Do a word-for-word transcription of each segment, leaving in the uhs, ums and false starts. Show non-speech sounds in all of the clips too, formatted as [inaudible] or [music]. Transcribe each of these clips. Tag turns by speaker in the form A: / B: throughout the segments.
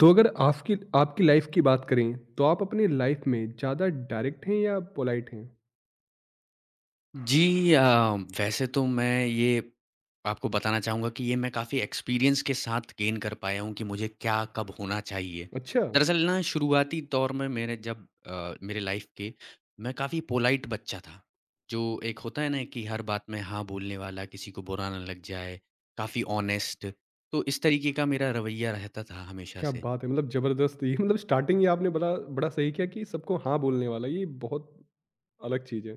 A: तो अगर आपकी आपकी लाइफ की बात करें तो आप अपनी लाइफ में ज़्यादा डायरेक्ट हैं या पोलाइट हैं?
B: जी, अ, वैसे तो मैं ये आपको बताना चाहूँगा कि ये मैं काफ़ी एक्सपीरियंस के साथ गेन कर पाया हूँ कि मुझे क्या कब होना चाहिए।
A: अच्छा।
B: दरअसल ना शुरुआती दौर में मेरे जब अ, मेरे लाइफ के मैं काफ़ी पोलाइट बच्चा था। जो एक होता है ना कि हर बात में हाँ बोलने वाला, किसी को बुरा ना लग जाए, काफ़ी ऑनेस्ट, तो इस तरीके का मेरा रवैया रहता था हमेशा
A: क्या
B: से।
A: बात है! मतलब ज़बरदस्त, ये मतलब स्टार्टिंग ही आपने बड़ा बड़ा सही किया कि सबको हाँ बोलने वाला, ये बहुत अलग चीज़ है।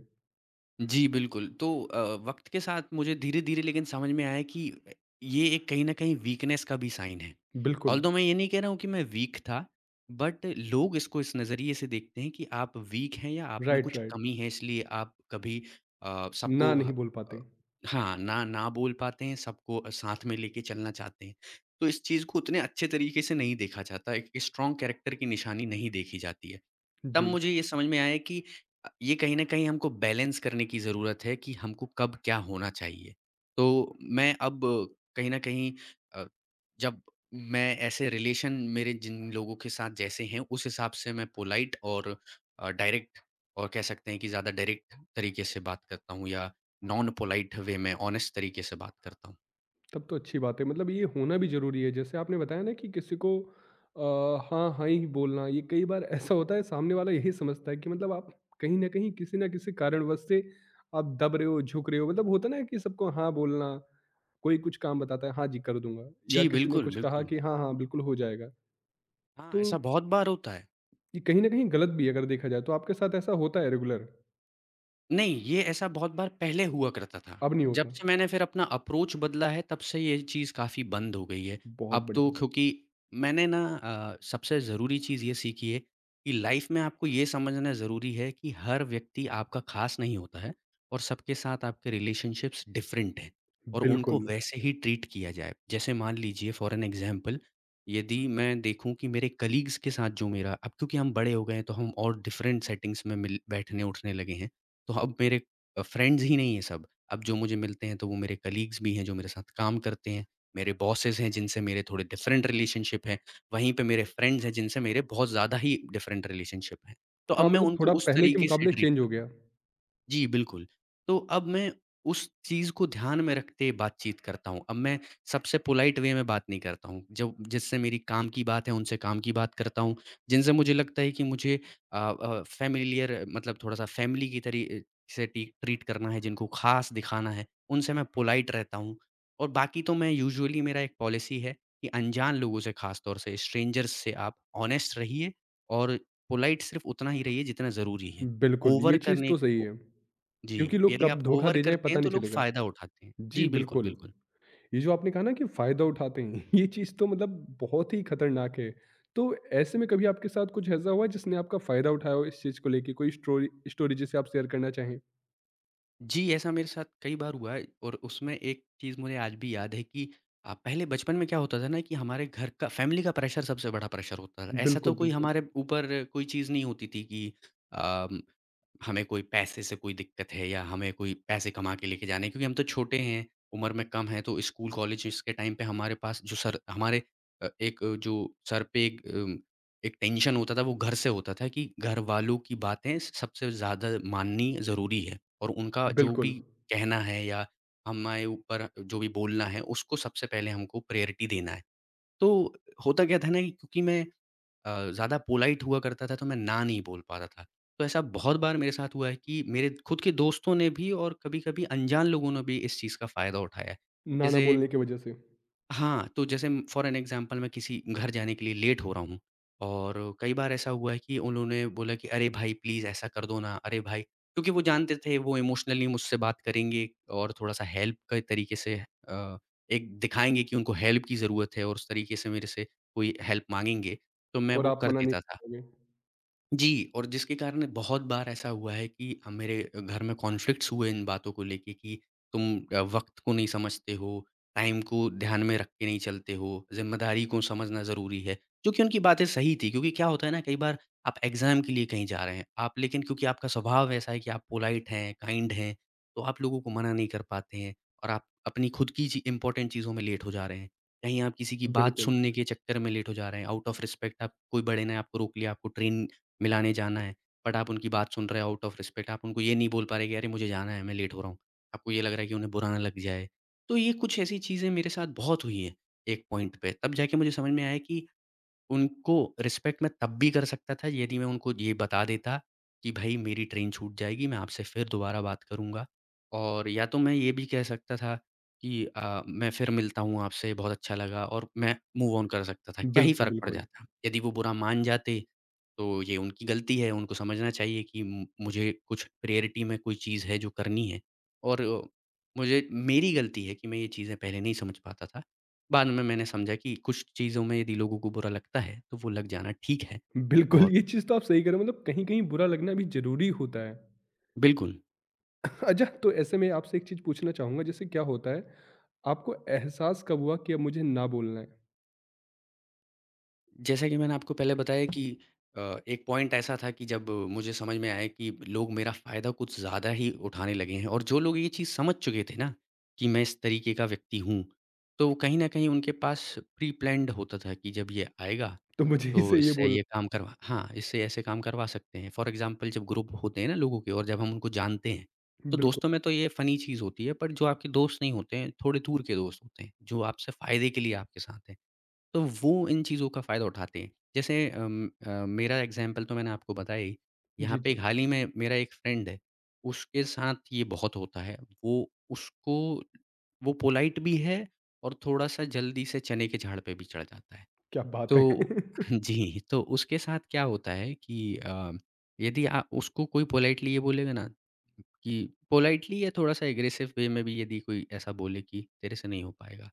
B: जी, बिल्कुल। तो अ, वक़्त के साथ मुझे धीरे-धीरे लेकिन समझ में आया कि ये एक कहीं न कहीं वीकनेस का भी साइन है।
A: बिल्कुल।
B: ऑल्दो मैं ये नहीं कह रहा हूँ कि मैं वीक था, बट लोग इसको इस नज़रिए से देखते हैं कि आप वीक हैं या आप में
A: राइट,
B: कुछ
A: राइट।
B: कमी है, इसलिए आप कभी अ,
A: ना
B: सबको ह
A: नहीं बोल
B: अ,
A: पाते।
B: हाँ, ना ना बोल पाते हैं, सबको अ, साथ में लेके चलना चाहते हैं। तो इस चीज़ को उतने अच्छे तरीके से नहीं देखा जाता, एक स्ट्रॉन्ग कैरेक्टर की निशानी नहीं देखी जाती है। तब
A: जी।
B: मुझे ये समझ में आया कि अ, ये कहीं न कहीं हमको बैलेंस करने की ज़रूरत है कि हमको कब क्या होना चाहिए। तो मैं अब कहीं न कहीं, अ, जब मैं ऐसे रिलेशन मेरे जिन लोगों के साथ जैसे हैं, उस हिसाब से मैं पोलाइट और अ, डायरेक्ट और कह सकते हैं कि ज़्यादा डायरेक्ट तरीके से बात करता हूँ या नॉन पोलाइट वे में ऑनेस्ट तरीके से बात करता हूँ।
A: तब तो अच्छी बात है, मतलब ये होना भी ज़रूरी है। जैसे आपने बताया ना कि किसी को अ, हाँ, हाँ ही बोलना, ये कई बार ऐसा होता है सामने वाला यही समझता है कि मतलब आप कहीं न कहीं किसी न किसी कारणवश से आप दब रहे हो, झुक रहे हो। मतलब होता है ना कि सबको हाँ बोलना, कोई कुछ काम बताता है हाँ जी, कर दूँगा,
B: जी,
A: या किसी ने
B: बिल्कुल,
A: कुछ कहा
B: बिल्कुल।
A: कि हाँ, हाँ, बिल्कुल हो जाएगा।
B: हाँ,
A: तो
B: ऐसा बहुत बार होता है।
A: ये कहीं न कहीं गलत भी है अगर देखा जाए। तो आपके साथ ऐसा होता है रेगुलर?
B: नहीं, ये ऐसा बहुत बार पहले हुआ करता था।
A: अब नहीं
B: जब
A: होता?
B: से मैंने फिर अपना अप्रोच बदला है, तब से ये चीज़ काफ़ी बंद हो गई है।
A: बहुत
B: अब तो
A: बढ़िया।
B: क्योंकि मैंने ना अ, सबसे ज़रूरी चीज़ ये सीखी है कि लाइफ़ में आपको ये समझना ज़रूरी है कि हर व्यक्ति आपका ख़ास नहीं होता है और सबके साथ आपके रिलेशनशिप्स डिफ़रेंट हैं और उनको
A: बिल्कुल।
B: वैसे ही ट्रीट किया जाए। जैसे मान लीजिए, फ़ॉर एन एग्ज़ाम्पल, यदि मैं देखूँ कि मेरे कलीग्स के साथ जो मेरा, अब क्योंकि हम बड़े हो गए हैं, तो हम और डिफ़रेंट सेटिंग्स में मिल बैठने-उठने लगे हैं। तो अब मेरे अ, फ्रेंड्स ही नहीं है सब। अब जो मुझे मिलते हैं तो वो मेरे कलीग्स भी हैं जो मेरे साथ काम करते हैं, मेरे बॉसेस हैं जिनसे मेरे थोड़े डिफरेंट रिलेशनशिप हैं, वहीं पे मेरे फ्रेंड्स हैं जिनसे मेरे बहुत ज़्यादा ही डिफरेंट रिलेशनशिप हैं। तो अब
A: हाँ,
B: मैं
A: मतलब
B: उनको
A: थोड़ा
B: उस
A: पहले के
B: तरीके से
A: मुकाबले
B: ट्रीट
A: चेंज हो
B: करता
A: गया।
B: हूँ। जी, बिल्कुल। तो अब मैं उस चीज़ को ध्यान में रखते बातचीत करता हूँ। अब मैं सबसे पोलाइट वे में बात नहीं करता हूँ। जब जिससे मेरी काम की बात है, उनसे काम की बात करता हूँ। जिनसे मुझे लगता है कि मुझे अ अ, फ़ैमिलियर, मतलब थोड़ा-सा फ़ैमिली की तरी अ, से टी ट्रीट करना है, जिनको ख़ास दिखाना है, उनसे मैं पोलाइट रहता हूँ। और बाकी तो मैं यूजुअली, मेरा एक पॉलिसी है कि अनजान लोगों से, ख़ास तौर से स्ट्रेंजर्स से, आप ऑनेस्ट रहिए और पोलाइट सिर्फ़ उतना ही रहिए जितना ज़रूरी है।
A: बिल्कुल,
B: ओवर
A: ये चीज़
B: करने
A: तो सही है।
B: जी,
A: क्योंकि लोग
B: यदि
A: कब
B: आप
A: धोखा
B: ओवर
A: दे जाएँ
B: करते
A: पता
B: हैं तो
A: नहीं
B: लोग
A: चलेगा।
B: फ़ायदा उठाते हैं।
A: जी,
B: जी, बिल्कुल,
A: बिल्कुल।
B: बिल्कुल।
A: ये जो आपने कहा ना कि फ़ायदा उठाते हैं, [laughs] ये चीज़ तो मतलब बहुत ही खतरनाक है। तो ऐसे में कभी आपके साथ कुछ ऐसा हुआ है जिसने आपका फ़ायदा उठाया हो इस चीज़ को लेके? कोई स्टोरी स्टोरी जिसे आप शेयर करना चाहें?
B: जी, ऐसा मेरे साथ कई बार हुआ है और उसमें एक चीज़ मुझे आज भी याद है कि अ, पहले बचपन में क्या होता था ना कि हमारे घर का, फैमिली का प्रेशर सबसे बड़ा प्रेशर होता था। ऐसा तो
A: बिल्कुल,
B: कोई
A: बिल्कुल।
B: हमारे ऊपर कोई चीज़ नहीं होती थी कि अ हमें कोई पैसे से कोई दिक्कत है या हमें कोई पैसे कमा के लेके जाने हैं, क्योंकि हम तो छोटे हैं, उम्र में कम हैं, तो स्कूल कॉलेजेस के टाइम पे हमारे पास जो सर हमारे अ, एक अ, जो सर पे एक अ, एक टेंशन होता था, वो घर से होता था कि घर वालों की बातें सबसे ज़्यादा माननी ज़रूरी है, और उनका जो भी
A: बिल्कुल,
B: कहना है या हमारे ऊपर जो भी बोलना है, उसको सबसे पहले हमको प्रायोरिटी देना है। तो होता क्या था ना कि क्योंकि मैं अ, ज़्यादा पोलाइट हुआ करता था, तो मैं ना नहीं बोल पाता था। तो ऐसा बहुत बार मेरे साथ हुआ है कि मेरे खुद के दोस्तों ने भी और कभी-कभी अनजान लोगों ने भी इस चीज़ का फ़ायदा उठाया है।
A: ना ना
B: जैसे
A: बोलने की वज़ह से।
B: हाँ, तो जैसे फॉर एन एग्ज़ाम्पल, मैं किसी घर जाने के लिए लेट हो रहा हूँ, और कई बार ऐसा हुआ है कि उन्होंने बोला कि अरे भाई प्लीज़ ऐसा कर दो ना, अरे भाई, क्योंकि वो जानते थे वो इमोशनली मुझसे बात करेंगे और थोड़ा-सा हेल्प के तरीके से अ, एक दिखाएँगे कि उनको हेल्प की ज़रूरत है, और उस तरीके से मेरे से कोई हेल्प माँगेंगे, तो मैं
A: और
B: वो
A: आप
B: कर
A: मना नहीं
B: देता था।
A: कर पाओगे।
B: जी, और जिसके कारण बहुत बार ऐसा हुआ है कि अ, मेरे घर में कॉन्फ्लिक्ट्स हुए इन बातों को लेके कि तुम अ, वक़्त को नहीं समझते हो, टाइम को ध्यान में रख के नहीं चलते हो, ज़िम्मेदारी को समझना ज़रूरी है। जो कि उनकी बातें सही थी, क्योंकि क्या होता है ना, कई बार आप एग्ज़ाम के लिए कहीं जा रहे हैं, आप, लेकिन क्योंकि आपका स्वभाव ऐसा है कि आप पोलाइट हैं, काइंड हैं, तो आप लोगों को मना नहीं कर पाते हैं, और आप अपनी खुद की ची इम्पोर्टेंट चीज़ों में लेट हो जा रहे हैं। कहीं आप किसी की बात
A: बिल्कुल,
B: सुनने के चक्कर में लेट हो जा रहे हैं, आउट ऑफ रिस्पेक्ट, आप, कोई बड़े ने आपको रोक लिया, आपको ट्रेन मिलाने जाना है, बट आप उनकी बात सुन रहे हो आउट ऑफ रिस्पेक्ट, आप उनको ये नहीं बोल पा रहे कि अरे मुझे जाना है, मैं लेट हो रहा हूँ। आपको ये लग रहा है कि उन्हें बुरा ना लग जाए। तो ये कुछ ऐसी चीज़ें मेरे साथ बहुत हुई हैं। एक पॉइंट पे, तब जाके मुझे समझ में आया कि उनको रिस्पेक्ट मैं तब भी कर सकता था, यदि मैं उनको ये बता देता कि भई मेरी ट्रेन छूट जाएगी, मैं आपसे फिर दोबारा बात करूँगा। और या तो मैं ये भी कह सकता था कि अ, मैं फिर मिलता हूँ आपसे, बहुत अच्छा लगा, और मैं मूव ऑन कर सकता था, क्या ही
A: बिल्कुल,
B: फ़र्क पड़
A: बिल्कुल।
B: जाता? यदि वो बुरा मान जाते, तो ये उनकी गलती है, उनको समझना चाहिए कि म मुझे कुछ प्रायोरिटी में कोई चीज़ है जो करनी है, और अ, मुझे, मेरी गलती है कि मैं ये चीज़ें पहले नहीं समझ पाता था। बाद में मैंने समझा कि कुछ चीज़ों में यदि लोगों को बुरा लगता है, तो वो लग जाना ठीक है,
A: बिल्कुल,
B: और
A: ये चीज़ तो आप सही कह रहे हो, मतलब कहीं-कहीं बुरा लगना भी ज़रूरी होता है।
B: बिल्कुल।
A: अच्छा, तो ऐसे में आपसे एक चीज़ पूछना चाहूँगा, जैसे क्या होता है, आपको एहसास कब हुआ कि अब मुझे ना बोलना है?
B: जैसा कि मैंने आपको पहले बताया कि अ, एक पॉइंट ऐसा था कि जब मुझे समझ में आया कि लोग मेरा फ़ायदा कुछ ज़्यादा ही उठाने लगे हैं, और जो लोग ये चीज़ समझ चुके थे ना कि मैं इस तरीके का व्यक्ति हूँ, तो वो कहीं न कहीं, उनके पास प्री प्लान्ड होता था कि जब ये आएगा
A: तो मुझे ही
B: तो
A: से ये
B: इससे
A: बोलना
B: ये काम करवा हाँ, इससे ऐसे काम करवा सकते हैं। फॉर एग्ज़ाम्पल, जब ग्रुप होते हैं ना लोगों के, और जब हम उनको जानते हैं,
A: है?
B: तो
A: बिल्कुल।
B: दोस्तों में तो ये फ़नी चीज़ होती है, पर जो आपके दोस्त नहीं होते हैं, थोड़े दूर के दोस्त होते हैं, जो आपसे फ़ायदे के लिए आपके साथ हैं, तो वो इन चीज़ों का फ़ायदा उठाते हैं। जैसे अम अ, मेरा एग्ज़ाम्पल तो मैंने आपको बताया ही। यहाँ
A: जी,
B: पे एक,
A: जी।
B: हाल ही में, मेरा एक फ्रेंड है, उसके साथ ये बहुत होता है। वो उसको वो पोलाइट भी है और थोड़ा-सा जल्दी से चने के झाड़ पे भी चढ़ जाता है।
A: क्या बात है!
B: तो
A: [laughs]
B: [laughs] जी, तो उसके साथ क्या होता है कि अ, यदि आ उसको कोई पोलाइटली ये बोलेगा ना कि, पोलाइटली या थोड़ा-सा एग्रेसिव वे में भी, यदि कोई ऐसा बोले कि तेरे से नहीं हो पाएगा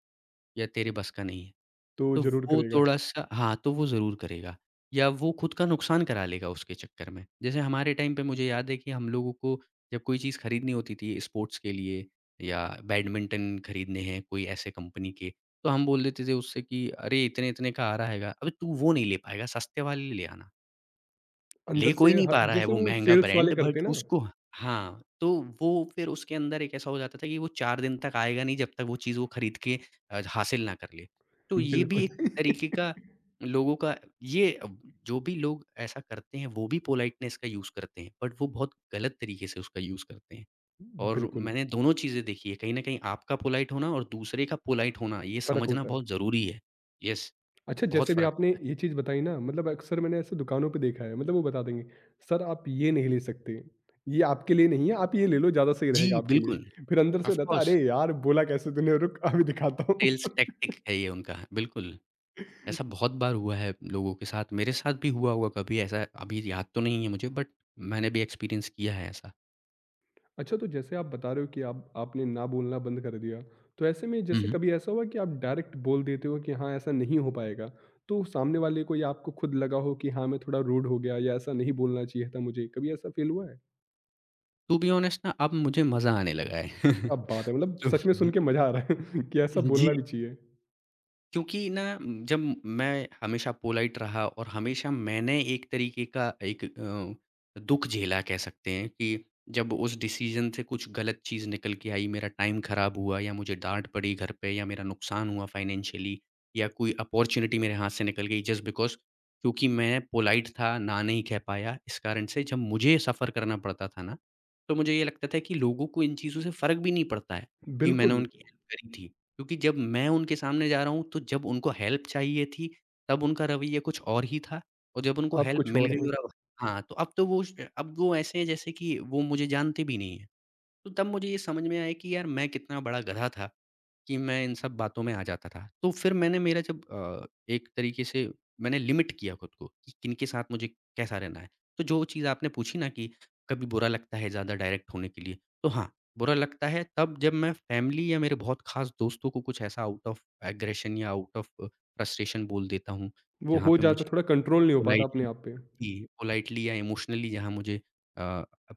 B: या तेरे बस का नहीं है,
A: तो
B: तो
A: ज़रूर
B: वो
A: करेगा।
B: थोड़ा-सा हाँ, तो वो ज़रूर करेगा या वो खुद का नुकसान करा लेगा उसके चक्कर में। जैसे हमारे टाइम पे मुझे याद है कि हम लोगों को जब कोई चीज़ खरीदनी होती थी स्पोर्ट्स के लिए या बैडमिंटन खरीदने हैं कोई ऐसे कंपनी के, तो हम बोल देते थे उससे कि, "अरे! इतने-इतने का आ रहा हैगा।" "अबे! तू वो नहीं ले पाएगा, सस्ते वाले ले आना।" ले
A: अंदर से
B: कोई नहीं
A: ह
B: पा रहा है
A: जैसे
B: वो
A: वो
B: महँगा
A: सेल्स वाले
B: ब्रांड
A: करते
B: बट
A: हैं ना?
B: उसको हाँ, तो वो फिर उसके अंदर एक ऐसा हो जाता था कि वो चार दिन तक आएगा नहीं जब तक वो चीज़ वो खरीद के अ, हासिल ना कर ले। तो ये भी
A: बिल्कुल।
B: एक
A: [laughs]
B: तरीके का लोगों का ये अब जो भी लोग ऐसा करते हैं वो भी पोलाइटनेस का यूज़ करते हैं बट वो बहुत गलत तरीके से उसका यूज़ करते हैं। और
A: बिल्कुल,
B: मैंने दोनों चीज़ें देखी है कहीं न कहीं आपका पोलाइट होना और दूसरे का पोलाइट होना ये
A: फ़र्क
B: समझना
A: होता है।
B: बहुत ज़रूरी है। येस,
A: अच्छा,
B: बहुत
A: जैसे भी
B: फ़र्क
A: आपने
B: होता है।
A: ये चीज़ बताई ना, मतलब अक्सर मैंने ऐसे दुकानों पे देखा है, मतलब वो बता देंगे, "सर, आप ये नहीं ले सकते, ये आपके लिए नहीं है, आप ये ले लो, ज़्यादा सही
B: जी,
A: रहेगा आपके
B: बिल्कुल।
A: लिए।" फिर अंदर से
B: ऑफ़
A: रहता है,
B: कोर्स।
A: "अरे यार! बोला कैसे तूने, रुक अभी दिखाता हूँ।"
B: सेल्स टैक्टिक है ये उनका, बिल्कुल। ऐसा
A: [laughs]
B: बहुत बार हुआ है लोगों के साथ, मेरे साथ भी हुआ होगा कभी ऐसा, अभी याद तो नहीं है मुझे बट मैंने भी एक्सपीरियंस किया है ऐसा।
A: अच्छा, तो जैसे आप बता रहे हो कि आप आपने ना बोलना बंद कर दिया, तो ऐसे में
B: हुँ,
A: जैसे
B: हुँ।
A: कभी ऐसा हुआ कि आप डायरेक्ट बोल देते हो कि हाँ, ऐसा नहीं हो पाएगा, तो सामने वाले को या आपको खुद लगा हो कि हाँ, मैं थोड़ा रूड हो गया या ऐसा नहीं बोलना चाहिए था मुझे, कभी ऐसा फ़ील हुआ है?
B: टू बी ऑनेस्ट ना अब मुझे मज़ा आने लगा है।
A: क्या
B: [laughs]
A: बात है! मतलब
B: तो
A: सच में सुन के मज़ा आ रहा है [laughs] कि ऐसा बोलना
B: जी
A: भी चाहिए।
B: क्योंकि ना जब मैं हमेशा पोलाइट रहा और हमेशा मैंने एक तरीके का एक अ, दुख झेला कह सकते हैं कि जब उस डिसीजन से कुछ गलत चीज़ निकल के आई मेरा टाइम ख़राब हुआ या मुझे डांट पड़ी घर पे या मेरा नुकसान हुआ फाइनेंशियली या कोई अपॉर्चुनिटी मेरे हाथ से निकल गई जस्ट बिकॉज क्योंकि मैं पोलाइट था ना नहीं कह पाया इस कारण से जब मुझे सफ़र करना पड़ता था ना तो मुझे ये लगता था कि लोगों को इन चीज़ों से फ़र्क भी नहीं पड़ता है कि मैंने
A: बिल्कुल,
B: उनकी हेल्प करी थी क्योंकि जब मैं उनके सामने जा रहा हूँ, तो जब उनको हेल्प चाहिए थी, तब उनका रवैया कुछ और ही था और जब उनको
A: आप
B: हेल्प
A: कुछ
B: मिल
A: और
B: गई और
A: हैं।
B: अब हाँ, तो अब तो वो श अब वो ऐसे हैं जैसे कि वो मुझे जानते भी नहीं हैं। तो तब मुझे ये समझ में आया कि यार मैं कितना बड़ा गधा था कि मैं इन सब बातों में आ जाता था। तो फिर मैंने मेरा जब अ, एक तरीके से मैंने लिमिट किया खुद को कि किनके साथ मुझे कैसा रहना है। तो जो चीज़ आपने पूछी ना कि कभी बुरा लगता है ज़्यादा डायरेक्ट होने के लिए, तो हाँ, बुरा लगता है तब जब मैं फ़ैमिली या मेरे बहुत ख़ास दोस्तों को कुछ ऐसा आउट ऑफ एग्रेशन या आउट ऑफ फ्रस्ट्रेशन बोल देता हूँ,
A: वो
B: जहाँ
A: हो
B: पे
A: जाता,
B: मुझे
A: थोड़ा कंट्रोल नहीं हो पाता अपने
B: पोलाइटली
A: आप पे।
B: जी, पोलाइटली या इमोशनली जहाँ मुझे अ,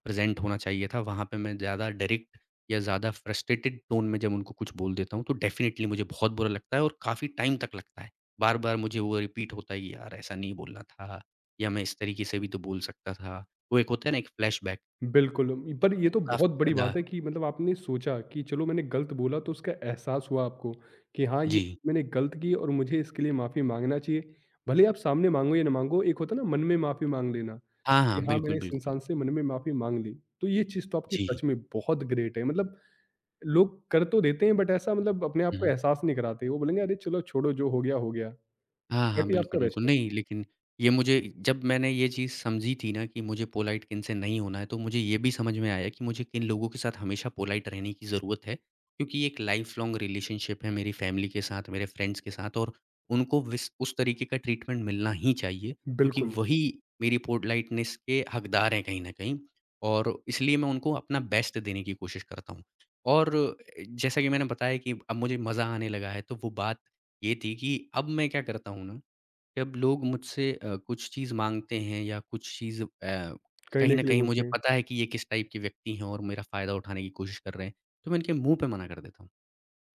B: प्रेज़ेंट होना चाहिए था, वहाँ पे मैं ज़्यादा डायरेक्ट या ज़्यादा फ्रस्ट्रेटेड टोन में जब उनको कुछ बोल देता हूँ, तो डेफ़िनिटली मुझे बहुत बुरा लगता है और काफ़ी टाइम तक लगता है। बार-बार मुझे वो रिपीट होता है, कि "यार, ऐसा नहीं बोलना था या मैं इस तरीके से भी तो बोल सकता था।" वो एक होता है ना, एक फ्लैशबैक,
A: बिल्कुल, पर ये
B: वो
A: तो बहुत
B: काफ़ी
A: बड़ी
B: ज़्यादा
A: बात है कि मतलब आपने सोचा कि चलो मैंने गलत बोला, तो उसका एहसास हुआ आपको कि हाँ, ये
B: जी।
A: मैंने गलत की और मुझे इसके लिए माफ़ी माँगना चाहिए। भले ही आप सामने माँगो या ना माँगो, एक होता है ना मन में माफ़ी माँग लेना
B: हाँ,
A: कि
B: हाँ,
A: हाँ, मैंने
B: बिल्कुल,
A: इस
B: बिल्कुल।
A: इंसान से मन में माफ़ी माँग ली। तो ये चीज़ तो आपकी सच
B: जी।
A: में बहुत ग्रेट है। मतलब लोग कर तो देते हैं, बट ऐसा मतलब अपने आप को
B: हुँ।
A: एहसास नहीं कराते। वो बोलेंगे अरे चलो छोड़ो, जो हो गया हो गया,
B: हाँ, हाँ,
A: बट ये आपका
B: बिल्कुल, बिल्कुल।
A: बेस्ट है।
B: नहीं, लेकिन ये मुझे जब मैंने ये चीज़ समझी थी ना कि मुझे पोलाइट किनसे नहीं होना है, तो मुझे ये भी समझ में आया कि मुझे किन लोगों के साथ हमेशा पोलाइट रहने की ज़रूरत है। क्योंकि ये एक लाइफ़ लॉन्ग रिलेशनशिप है मेरी फैमिली के साथ, मेरे फ्रेंड्स के साथ और उनको विस उस तरीके का ट्रीटमेंट मिलना ही चाहिए, क्योंकि
A: बिल्कुल,
B: वही मेरी पोलाइटनेस के हकदार हैं कहीं न कहीं और इसलिए मैं उनको अपना बेस्ट देने की कोशिश करता हूँ। और जैसा कि मैंने बताया कि अब मुझे मज़ा आने लगा है, तो वो बात ये थी कि अब मैं क्या करता हूँ ना, कि अब लोग मुझसे अ, कुछ चीज़ माँगते हैं या कुछ चीज़ अ, कहीं
A: करने
B: न
A: के लिए
B: कहीं मुझे
A: बोलते हैं।
B: पता है कि ये किस टाइप के व्यक्ति हैं और मेरा फ़ायदा उठाने की कोशिश कर रहे हैं, तो मैं इनके मुँह पे मना कर देता हूँ।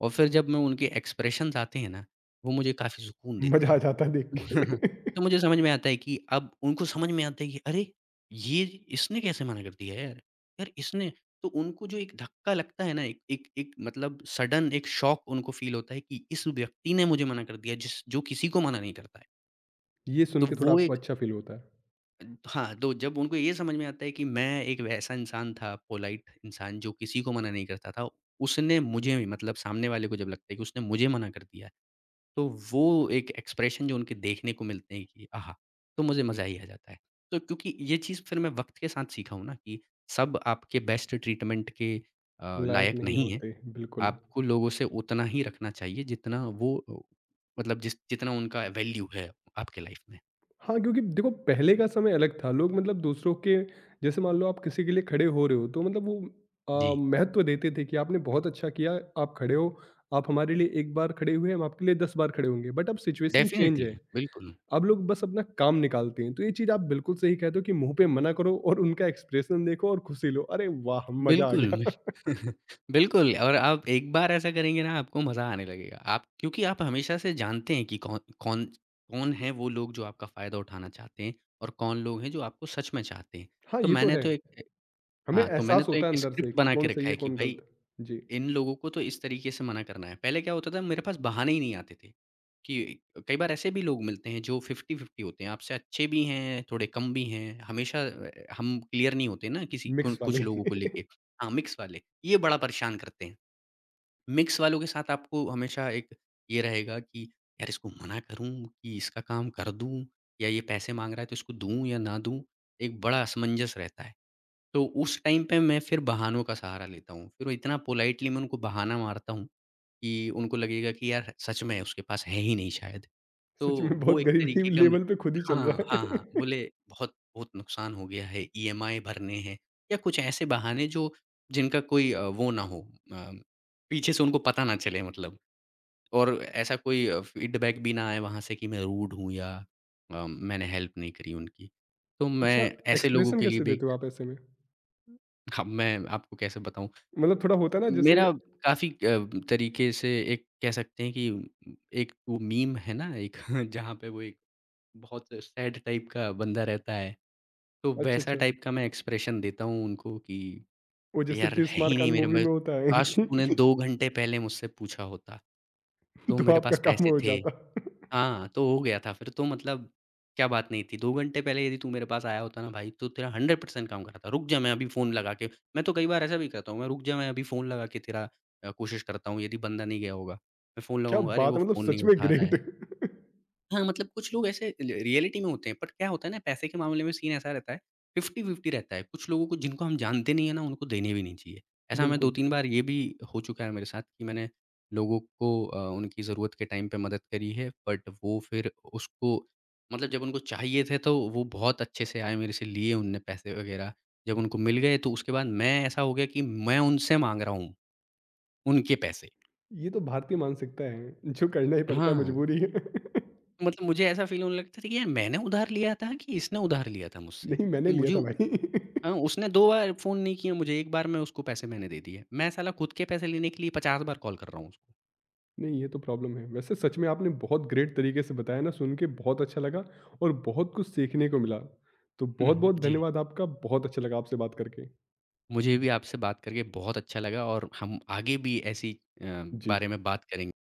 B: और फिर जब मैं उनके एक्सप्रेशंस आते हैं ना, वो मुझे काफ़ी सुकून देते
A: मज़ा आ
B: हैं।
A: जाता है देख
B: [laughs]
A: के।
B: तो मुझे समझ में आता है कि अब उनको समझ में आता है कि अरे! ये इसने कैसे मना कर दिया यार? यार इसने तो उनको जो एक धक्का लगता है ना एक एक एक मतलब सडन एक शॉक उनको फ़ील होता है कि इस व्यक्ति ने मुझे मना कर दिया जिस जो किसी को मना नहीं करता है।
A: [laughs] ये
B: तो
A: सुन के थोड़ा
B: वो
A: आपको
B: एक
A: अच्छा फ़ील होता है।
B: हाँ, तो जब उनको ये समझ में आता है कि मैं एक वैसा इंसान था पोलाइट इंसान जो किसी को मना नहीं करता था, उसने मुझे भी मतलब सामने वाले को जब लगता है कि उसने मुझे मना कर दिया तो वो एक एक्सप्रेशन जो उनके देखने को मिलते हैं कि आहा! तो मुझे मज़ा ही आ जाता है। तो क्योंकि ये चीज़ फिर मैं वक़्त के साथ सीखा हूँ ना कि सब आपके बेस्ट ट्रीटमेंट के अ,
A: लायक
B: लायक
A: नहीं
B: नहीं है।
A: होते, बिल्कुल।
B: आपको लोगों से उतना ही रखना चाहिए जितना वो अ, मतलब जिस जितना उनका वैल्यू है आपके लाइफ़ में।
A: हाँ, क्योंकि देखो पहले का समय अलग था। लोग मतलब दूसरों के, जैसे मान लो आप किसी के लिए खड़े हो रहे हो तो मतलब वो अ,
B: जी,
A: महत्व देते थे कि आपने बहुत अच्छा किया, आप खड़े हो, आप हमारे लिए एक बार खड़े हुए, हम आपके लिए दस बार खड़े होंगे। बट अब सिचुएशन चेंज
B: डेफ़िनेटली,
A: है।
B: बिल्कुल।
A: अब लोग बस अपना काम निकालते हैं। तो ये चीज़ आप बिल्कुल सही कहते हो कि मुँह पे मना करो और उनका एक्सप्रेशन देखो और खुशी लो। अरे वाह! मज़ा आ
B: बिल्कुल,
A: गया।
B: बिल
A: [laughs]
B: [laughs] बिल्कुल और आप एक बार ऐसा करेंगे ना आपको मज़ा आने लगेगा। आप क्योंकि आप हमेशा से जानते हैं कि कौन कौन कौन है वो लोग जो आपका फ़ायदा उठाना चाहते हैं और कौन लोग हैं जो आपको सच में चाहते हैं।
A: हाँ,
B: तो
A: ये तो
B: मैंने
A: है।
B: तो एक
A: हमें
B: हाँ, तो मैंने
A: एहसास
B: तो
A: होता
B: एक
A: है अंदर से
B: स्क्रिप्ट
A: कि
B: बना के
A: कौन
B: रखा
A: सही
B: है
A: है,
B: कि
A: कौन
B: भाई
A: गलत है। जी,
B: इन लोगों को तो इस तरीके से मना करना है। पहले क्या होता था मेरे पास बहाने ही नहीं आते थे, कि कई बार ऐसे भी लोग मिलते हैं जो फ़िफ़्टी फ़िफ़्टी होते हैं, आपसे अच्छे भी हैं, थोड़े कम भी हैं, हमेशा अ, हम क्लियर नहीं होते ना किसी कु
A: मिक्स
B: कुछ
A: वाले।
B: लोगों को
A: [laughs]
B: लेके। हाँ, मिक्स वाले, ये बड़ा परेशान करते हैं। मिक्स वालों के साथ आपको हमेशा एक ये रहेगा कि यार इसको मना करूँ कि इसका काम कर दूँ या ये पैसे माँग रहा है तो इसको दूँ या ना दूँ, एक बड़ा असमंजस रहता है। तो उस टाइम पे मैं फिर बहानों का सहारा लेता हूँ। फिर वो इतना पोलाइटली मैं उनको बहाना मारता हूँ कि उनको लगेगा कि यार सच में उसके पास है ही नहीं शायद। तो
A: सच में
B: वो
A: बहुत
B: एक
A: गरीबी
B: तरीके का मैं
A: लेवल पे खुद ही चल
B: हाँ,
A: रहा
B: हाँ, हाँ।
A: है। [laughs]
B: बोले बहुत बहुत नुकसान हो गया है, ईएमआई भरने हैं या कुछ ऐसे बहाने जो जिनका कोई अ, वो ना हो अ, पीछे से उनको पता ना चले मतलब और ऐसा कोई अ, फीडबैक भी ना आए वहाँ से कि मैं रूड हूँ या अ, मैंने हेल्प नहीं करी उनकी। तो मैं
A: अच्छा,
B: ऐसे लोगों
A: एक्सप्रेशन
B: के लिए
A: कैसे
B: भी
A: देते हो आप ऐसे में?
B: अब मैं आपको कैसे बताऊँ?
A: मतलब थोड़ा होता है ना जैसे
B: मेरा काफ़ी अ, तरीके से एक कह सकते हैं कि म, एक वो मीम है ना एक [laughs] जहाँ पे वो एक बहुत सैड टाइप का बंदा रहता है, तो
A: अच्छा,
B: वैसा
A: अच्छा।
B: टाइप का मैं एक्सप्रेशन देता हूँ उनको कि
A: वो जैसे
B: यार
A: 'तीर
B: है
A: स्मार
B: ही
A: खान'
B: नहीं मेरे
A: मूवी
B: में
A: में होता है
B: काश तूने
A: कि
B: दो
A: [laughs]
B: घंटे पहले मुझसे पूछा होता, तो
A: तो
B: मेरे
A: आपका
B: पास
A: काम
B: पैसे
A: हो
B: थे।
A: जाता। [laughs]
B: हाँ, तो हो गया था फिर तो मतलब क्या बात नहीं थी। दो घंटे पहले यदि तू मेरे पास आया होता ना भाई, तो तेरा हंड्रेड परसेंट काम करता। "रुक जा मैं अभी फ़ोन लगा के" मैं तो कई बार ऐसा भी करता हूँ मैं, "रुक जा मैं अभी फ़ोन लगा के तेरा" अ, कोशिश करता हूँ यदि बंदा नहीं गया होगा। मैं फ़ोन
A: क्या
B: लगाऊँगा, "अरे!
A: बात
B: वो
A: है! मतलब
B: फ़ोन नहीं
A: सच में
B: उठा रहा है।"
A: ग्रेट। [laughs]
B: हाँ, मतलब कुछ लोग ऐसे ल रियलिटी में होते हैं, बट क्या होता है ना पैसे के मामले में सीन ऐसा रहता है फ़िफ़्टी फ़िफ़्टी रहता है। कुछ लोगों को जिनको हम जानते नहीं है ना उनको देने भी नहीं चाहिए। ऐसा मैं
A: बिल्कुल।
B: दो तीन बार ये भी हो चुका है मेरे साथ कि मैंने लोगों को अ, उनकी ज़रूरत के टाइम पे मदद करी है बट वो फिर उसको मतलब जब उनको चाहिए थे तो वो बहुत अच्छे से आए मेरे से लिए उनने पैसे वग़ैरह। जब उनको मिल गए तो उसके बाद मैं ऐसा हो गया कि मैं उनसे माँग रहा हूँ, उनके पैसे।
A: ये तो भारतीय मानसिकता है, जो करना ही पड़ता है,
B: हाँ।
A: मजबूरी है। [laughs]
B: मतलब मुझे ऐसा फ़ील होने लगता था कि यार मैंने उधार लिया था कि इसने उधार लिया था मुझसे?
A: नहीं
B: कि
A: मैंने लिया
B: मुझे
A: था
B: उ-
A: भाई।
B: हाँ, उसने दो बार फ़ोन नहीं किया मुझे, एक बार में उसको पैसे मैंने दे दिए। मैं साला खुद के पैसे लेने के लिए पचास बार कॉल कर रहा हूँ उसको।
A: [laughs] नहीं, ये तो प्रॉब्लम है। वैसे सच में आपने बहुत ग्रेट तरीके से बताया ना, सुन के बहुत अच्छा लगा और बहुत कुछ सीखने को मिला। तो
B: [laughs]
A: बहुत-बहुत
B: जी,
A: धन्यवाद आपका, बहुत अच्छा लगा आपसे बात करके।
B: मुझे भी आपसे बात करके बहुत अच्छा लगा और हम आगे भी ऐसी अ,
A: जी।
B: बारे में बात करेंगे।